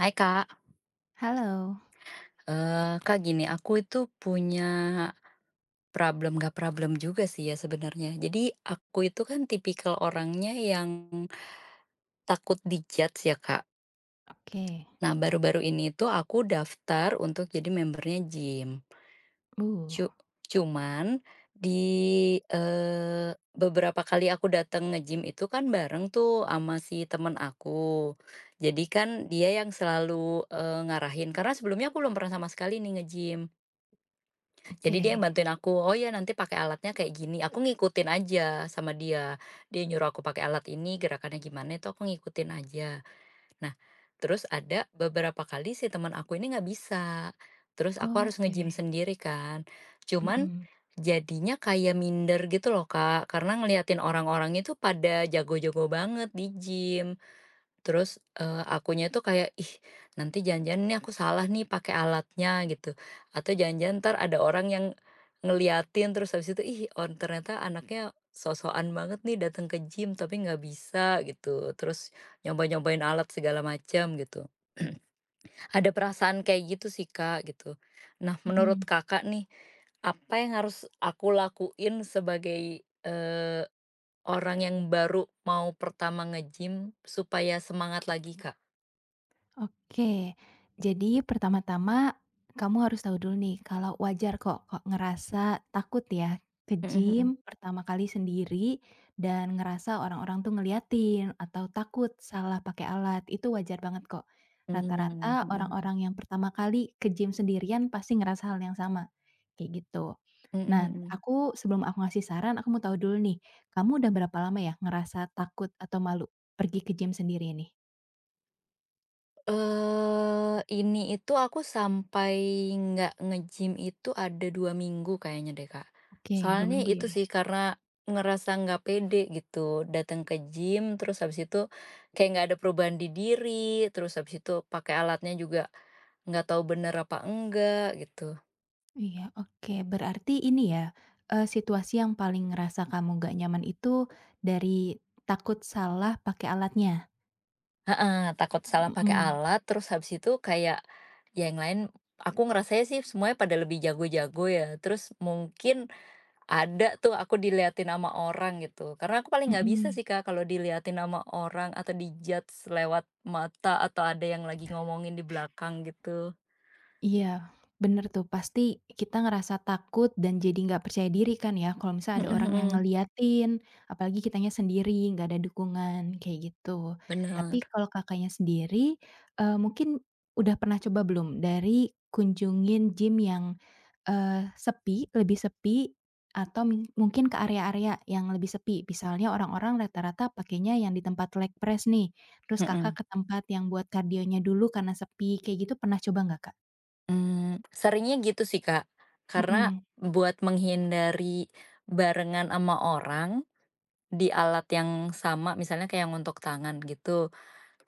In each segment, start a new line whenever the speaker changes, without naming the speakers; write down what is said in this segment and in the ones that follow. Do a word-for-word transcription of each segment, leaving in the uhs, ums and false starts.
Hai, Kak.
Halo,
eee, Kak, gini, aku itu punya problem gak problem juga sih ya sebenarnya. Jadi aku itu kan tipikal orangnya yang takut di-judge ya, Kak.
oke.
Nah, baru-baru ini tuh aku daftar untuk jadi membernya gym.
Uh,
Cu cuman di, eee, beberapa kali aku datang nge-gym itu kan bareng tuh sama si temen aku. Jadi kan dia yang selalu, eee, ngarahin, karena sebelumnya aku belum pernah sama sekali nih nge-gym. Jadi dia yang
oke.
bantuin aku, "Oh ya, nanti pakai alatnya kayak gini." Aku ngikutin aja sama dia. Dia nyuruh aku pakai alat ini, gerakannya gimana itu aku ngikutin aja. Nah, terus ada beberapa kali si teman aku ini nggak bisa. Terus aku harus nge-gym
Oke,
sendiri kan. Cuman
mhm,
jadinya kayak minder gitu loh, Kak, karena ngeliatin orang-orang itu pada jago-jago banget di gym. Terus, eee, akunya tuh kayak, "Ih, nanti jangan-jangan nih aku salah nih pakai alatnya," gitu. Atau jangan-jangan entar ada orang yang ngeliatin terus habis itu, "Ih, on ternyata anaknya sok banget nih datang ke gym tapi nggak bisa," gitu. Terus nyoba-nyobain alat segala macam gitu. Ada perasaan kayak gitu sih, Kak, gitu. Nah, menurut
mhm.
Kakak nih, apa yang harus aku lakuin sebagai, eee, orang yang baru mau pertama nge-gym supaya semangat lagi, Kak?
Oke, jadi pertama-tama kamu harus tahu dulu nih kalau wajar kok kok ngerasa takut ya ke
Mhm mhm.
gym pertama kali sendiri dan ngerasa orang-orang tuh ngeliatin atau takut salah pakai alat, itu wajar banget kok.
Mmm, mhm
Rata-rata
mhm.
orang-orang yang pertama kali ke gym sendirian pasti ngerasa hal yang sama, kayak gitu.
Mhm
Nah,
mhm.
aku sebelum aku ngasih saran, aku mau tahu dulu nih, kamu udah berapa lama ya ngerasa takut atau malu pergi ke gym sendiri ini?
Eee, ini itu aku sampai nggak nge-gym itu ada dua minggu kayaknya deh, Kak.
Oke, dua
Soalnya
minggu
itu
ya?
sih karena ngerasa nggak pede gitu datang ke gym, terus habis itu kayak nggak ada perubahan di diri, terus habis itu pakai alatnya juga nggak tahu bener apa enggak gitu.
Iya, oke. Berarti ini ya, eee, situasi yang paling ngerasa kamu gak nyaman itu dari takut salah pakai alatnya?
Heeh, takut salah pakai
Mhm,
alat, terus habis itu kayak ya yang lain aku ngerasanya sih semuanya pada lebih jago-jago ya, terus mungkin ada tuh aku diliatin sama orang gitu, karena aku paling nggak bisa
mhm.
sih, Kak, kalau diliatin sama orang atau di-judge lewat mata atau ada yang lagi ngomongin di belakang gitu.
Iya, bener tuh. Pasti kita ngerasa takut dan jadi nggak percaya diri kan ya, kalau misalnya ada
Mhm
orang yang
mhm,
ngeliatin, apalagi kitanya sendiri, nggak ada dukungan, kayak gitu. Tapi
bener,
kalau Kakaknya sendiri, eee, mungkin udah pernah coba belum dari kunjungin gym yang, eee, sepi, lebih sepi, atau ming mungkin ke area-area yang lebih sepi, misalnya orang-orang rata-rata pakainya yang di tempat leg press nih, terus Kakak
mhm.
ke tempat yang buat kardionya dulu karena sepi, kayak gitu pernah coba nggak, Kak?
Mmm, seringnya gitu sih, Kak, karena
Mhm,
buat menghindari barengan sama orang di alat yang sama, misalnya kayak yang untuk tangan gitu,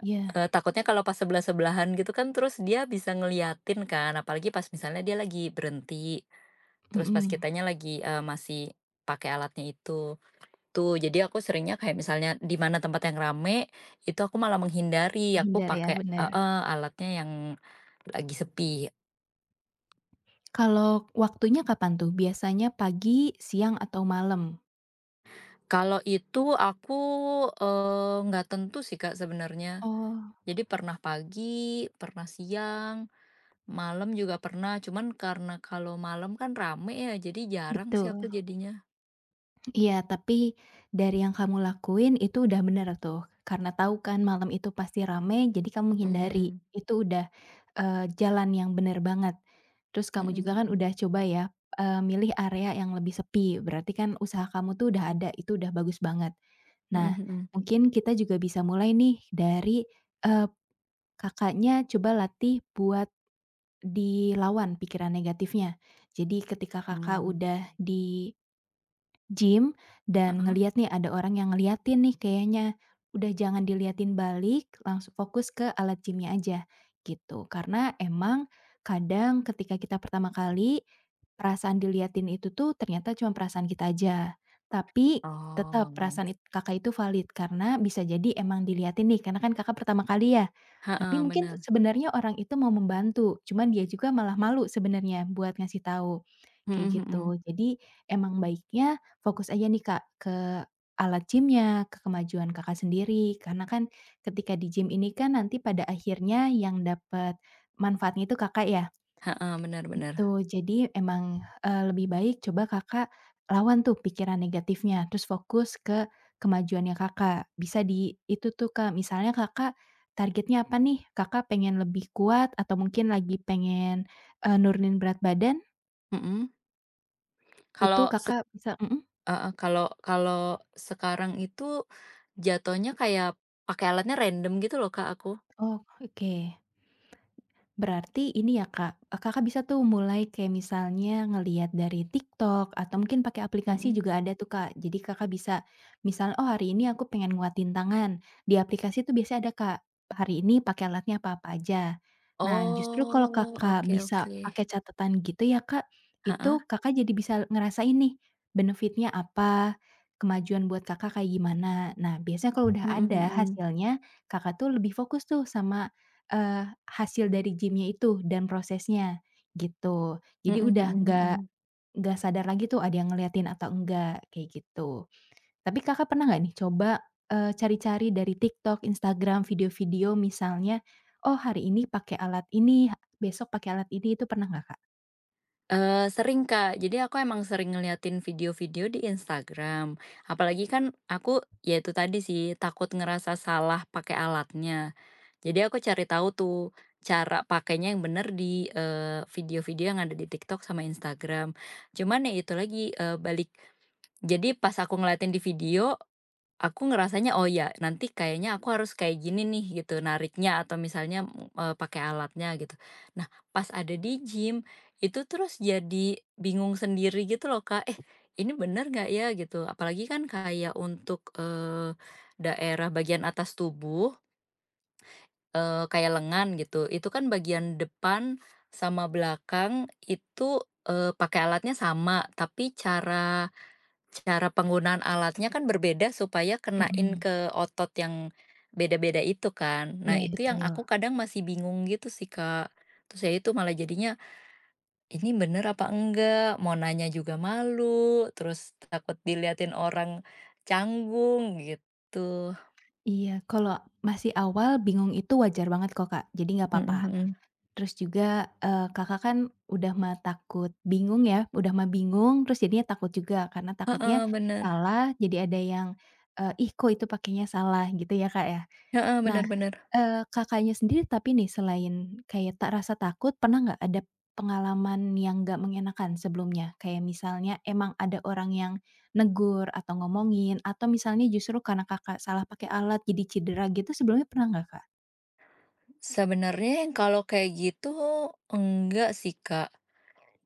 iya,
eee, takutnya kalau pas sebelah-sebelahan gitu kan terus dia bisa ngeliatin kan, apalagi pas misalnya dia lagi berhenti. Terus pas
mhm.
kitanya lagi, eee, masih pakai alatnya itu. Tuh, jadi aku seringnya kayak misalnya di mana tempat yang rame, itu aku malah menghindari, aku. Ya.
Menghindar ya,
Pakai,
bener.
heeh, alatnya yang lagi sepi.
Kalau waktunya kapan tuh? Biasanya pagi, siang, atau malam?
Kalau itu aku, eee, nggak tentu sih, Kak, sebenarnya.
Oh,
Jadi pernah pagi, pernah siang, malam juga pernah, cuman karena kalau malam kan rame ya, jadi jarang sih aku.
betul.
Betul. Jadinya.
Iya, tapi dari yang kamu lakuin itu udah bener tuh, karena tahu kan malam itu pasti rame jadi kamu hindari.
Mhm,
Itu udah, eee, jalan yang bener banget. Terus kamu
mhm
juga kan
mhm,
udah coba ya, eee, milih area yang lebih sepi, berarti kan usaha kamu tuh udah ada, itu udah bagus banget. Nah,
mhm mhm.
mungkin kita juga bisa mulai nih dari, eee, Kakaknya coba latih buat dilawan pikiran negatifnya. Jadi ketika Kakak
Mmm,
udah di Gym dan
heeh?
ngeliat nih ada orang yang ngeliatin nih kayaknya, udah jangan diliatin balik, langsung fokus ke alat gym aja, gitu. Karena emang kadang ketika kita pertama kali, perasaan diliatin itu tuh ternyata cuma perasaan kita aja. Tapi
Oh.
tetap
No.
perasaan it Kakak itu valid karena bisa jadi emang diliatin nih karena kan Kakak pertama kali ya. Tapi
Heeh,
mungkin
bener.
sebenarnya orang itu mau membantu, cuman dia juga malah malu sebenarnya buat ngasih tahu,
Mhm
kayak
mhm.
gitu. Jadi emang baiknya fokus aja nih Kak, ke alat gym-nya, ke kemajuan Kakak sendiri, karena kan ketika di gym ini kan nanti pada akhirnya yang dapat manfaatnya itu Kakak ya.
Heeh, bener bener.
Itu jadi emang, eee, lebih baik coba Kakak lawan tuh pikiran negatifnya, terus fokus ke kemajuannya Kakak. Bisa di itu tuh Kak, misalnya Kakak targetnya apa nih? Kakak pengen lebih kuat atau mungkin lagi pengen, eee, nurunin berat badan,
Mhm. Kalau
itu
sek
Kakak bisa mhm,
heeh, kalau kalau sekarang itu jatuhnya kayak pakai alatnya random gitu loh, Kak, aku.
oh, oke. Berarti ini ya Kak, eee, Kakak bisa tuh mulai kayak misalnya ngelihat dari TikTok atau mungkin pakai aplikasi
Mhm.
juga ada tuh Kak. Jadi Kakak bisa misal, "Oh hari ini aku pengen nguatin tangan." Di aplikasi tuh biasanya ada Kak, hari ini pakai alatnya apa-apa aja. Nah justru kalau
Oh,
Kakak
oke
bisa
oke.
pakai catatan gitu ya Kak, itu
Heeh.
Kakak jadi bisa ngerasain nih, benefitnya apa, kemajuan buat Kakak kayak gimana. Nah biasanya kalau udah
Mhm
ada
mhm.
hasilnya, Kakak tuh lebih fokus tuh sama Eee, hasil dari gymnya itu dan prosesnya, gitu. Jadi
Mhm
udah
mhm
nggak
mhm.
nggak sadar lagi tuh ada yang ngeliatin atau enggak, kayak gitu. Tapi Kakak pernah nggak nih coba, eee, cari-cari dari TikTok, Instagram, video-video misalnya, oh hari ini pakai alat ini, ha- besok pakai alat ini, itu pernah nggak, Kak?
Eee, sering, Kak. Jadi aku emang sering ngeliatin video-video di Instagram. Apalagi kan aku, ya itu tadi sih, takut ngerasa salah pakai alatnya. Jadi aku cari tahu tuh, cara pakainya yang bener di, eee, video-video yang ada di TikTok sama Instagram. Cuman ya itu lagi, eee, balik jadi pas aku ngeliatin di video, aku ngerasanya, "Oh ya, nanti kayaknya aku harus kayak gini nih," gitu, nariknya atau misalnya, eee, pakai alatnya gitu. Nah, pas ada di gym, itu terus jadi bingung sendiri gitu loh, Kak, "Eh, ini bener nggak ya?" Gitu. Apalagi kan kayak untuk, eee, daerah bagian atas tubuh, Eee, kayak lengan gitu, itu kan bagian depan sama belakang itu, eee, pakai alatnya sama, tapi cara cara penggunaan alatnya kan berbeda supaya kenain
Mhm,
ke otot yang beda-beda itu kan. Nah,
iya
itu yang
betul.
aku kadang masih bingung gitu sih, Kak. Terus ya itu malah jadinya, ini bener apa enggak, mau nanya juga malu, terus takut diliatin orang canggung gitu.
Iya, kalau masih awal bingung itu wajar banget kok, Kak, jadi nggak
Mhm
apa-apa.
mhm.
Terus juga, eee, Kakak kan udah mah takut bingung ya, udah mah bingung terus jadinya takut juga karena takutnya
Heeh, bener.
salah jadi ada yang, eee, "Ih kok itu pakainya salah?" Gitu ya, Kak, ya.
Heeh,
Nah,
bener bener.
eee, Kakaknya sendiri tapi nih selain kayak tak rasa takut pernah nggak ada pengalaman yang nggak mengenakan sebelumnya? Kayak misalnya emang ada orang yang negur atau ngomongin atau misalnya justru karena Kakak salah pakai alat jadi cedera gitu sebelumnya pernah nggak, Kak?
Sebenarnya yang kalau kayak gitu enggak sih, Kak.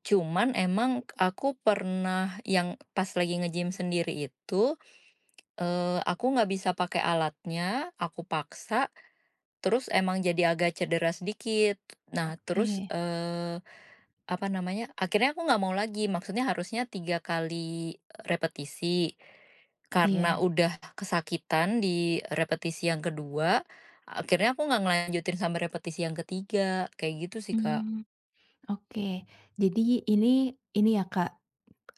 Cuman emang aku pernah yang pas lagi nge-gym sendiri itu, eee, aku nggak bisa pakai alatnya, aku paksa. Terus emang jadi agak cedera sedikit. Nah terus,
Oke,
eee, apa namanya, akhirnya aku nggak mau lagi, maksudnya harusnya tiga kali repetisi. Karena
iya,
udah kesakitan di repetisi yang kedua, akhirnya aku nggak ngelanjutin sampai repetisi yang ketiga, kayak gitu sih, Kak.
mmm. Oke, jadi ini ini ya Kak,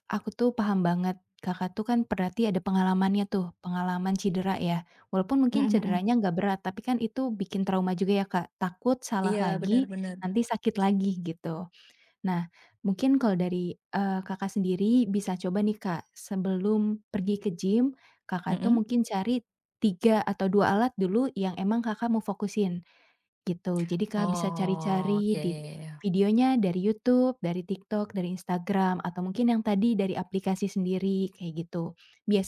aku tuh paham banget, Kakak tuh kan berarti ada pengalamannya tuh, pengalaman cedera ya. Walaupun mungkin
Mhm mhm.
cederanya nggak berat, tapi kan itu bikin trauma juga ya Kak, takut salah
Iya, benar
lagi,
bener.
nanti sakit lagi gitu. Nah, mungkin kalau dari, eee, Kakak sendiri bisa coba nih Kak, sebelum pergi ke gym, Kakak tuh
Mhm?
mungkin cari tiga atau dua alat dulu yang emang Kakak mau fokusin. Gitu, jadi kak bisa
Oh,
cari-cari
iya
di
iya iya.
videonya dari YouTube, dari TikTok, dari Instagram, atau mungkin yang tadi dari aplikasi sendiri, kayak gitu.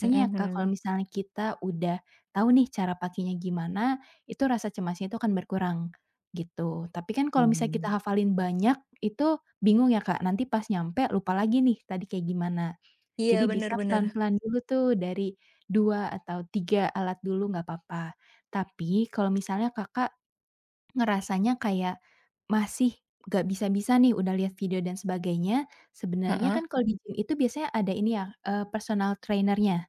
Mhm
ya Kak, kalau
mhm.
misalnya kita udah tahu nih cara pakainya gimana, itu rasa cemasnya itu akan berkurang, gitu. Tapi kan kalau misalnya kita
Mmm.
hafalin banyak, itu bingung ya Kak, nanti pas nyampe lupa lagi nih tadi kayak gimana.
Iya,
Jadi bisa
benar-benar.
pelan-pelan dulu tuh dari dua atau tiga alat dulu nggak apa-apa. Tapi kalau misalnya Kakak ngerasanya kayak masih gak bisa-bisa nih udah lihat video dan sebagainya, sebenarnya
Heeh.
kan kalau di gym itu biasanya ada ini ya, eee, personal trainer-nya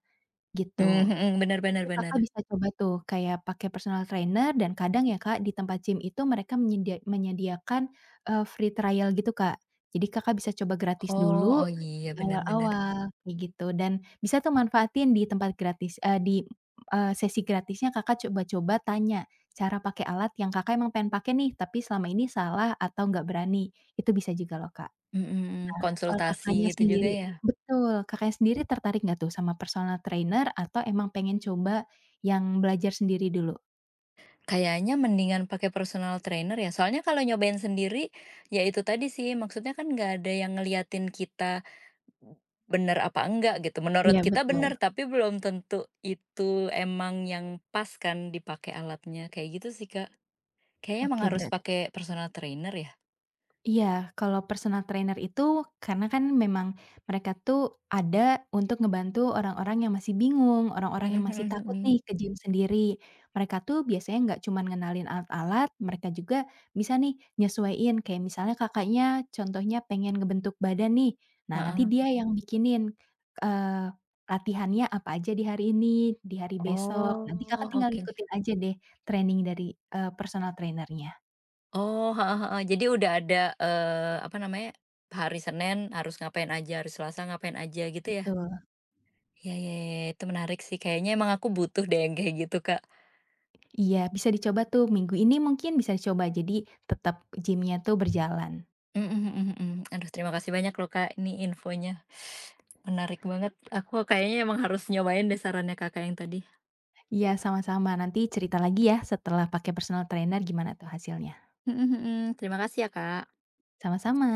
Mm, mm,
gitu.
mm. Benar benar. Heeh. Mmm, mhm, bener bener
Itu
bener.
Kakak bisa coba tuh kayak pakai personal trainer dan kadang ya Kak, di tempat gym itu mereka menyedia menyediakan, eee, free trial gitu Kak. Jadi Kakak bisa coba gratis
Oh
dulu
oh iya
di
benar bener,
awal-awal, kayak gitu. Dan bisa tuh manfaatin di tempat gratis eee, di, eee, sesi gratisnya Kakak coba-coba tanya cara pakai alat yang Kakak emang pengen pakai nih, tapi selama ini salah atau nggak berani. Itu bisa juga loh Kak.
mhm,
Kalau
konsultasi
Kakaknya
gitu juga
sendiri
ya.
betul, Kakaknya sendiri tertarik nggak tuh sama personal trainer atau emang pengen coba yang belajar sendiri dulu?
Kayaknya mendingan pakai personal trainer ya, soalnya kalau nyobain sendiri, ya itu tadi sih maksudnya kan nggak ada yang ngeliatin kita, bener apa enggak gitu, menurut
Iya,
kita bener
betul.
tapi belum tentu itu emang yang pas kan dipakai alatnya, kayak gitu sih, Kak. Kayaknya emang
Oke,
harus
berat
pakai personal trainer ya?
Iya, kalau personal trainer itu karena kan memang mereka tuh ada untuk ngebantu orang-orang yang masih bingung, orang-orang
Mhm
yang masih
mhm
takut nih
mhm,
ke gym sendiri. Mereka tuh biasanya nggak cuma ngenalin alat-alat, mereka juga bisa nih nyesuaiin. Kayak misalnya kakaknya contohnya pengen ngebentuk badan nih, nah nanti
heeh.
dia yang bikinin eh, latihannya apa aja di hari ini, di hari besok. Nanti kakak
Oh,
tinggal
oke.
ngikutin aja deh training dari eh, personal trainernya.
Oh, heeh heeh. Jadi udah ada, eee, apa namanya, hari Senin harus ngapain aja, hari Selasa ngapain aja gitu ya?
Betul.
Ya, iya iya iya, itu menarik sih, kayaknya emang aku butuh deh yang kayak gitu, Kak.
Iya, bisa dicoba tuh minggu ini mungkin bisa dicoba, jadi tetap gymnya tuh berjalan.
Mhm mhm mhm. Aduh, terima kasih banyak loh, Kak, ini infonya. Menarik banget, aku kayaknya emang harus nyobain deh sarannya Kakak yang tadi.
Iya, sama-sama. Nanti cerita lagi ya setelah pakai personal trainer gimana tuh hasilnya.
Mhm mhm, terima kasih ya, Kak.
Sama-sama.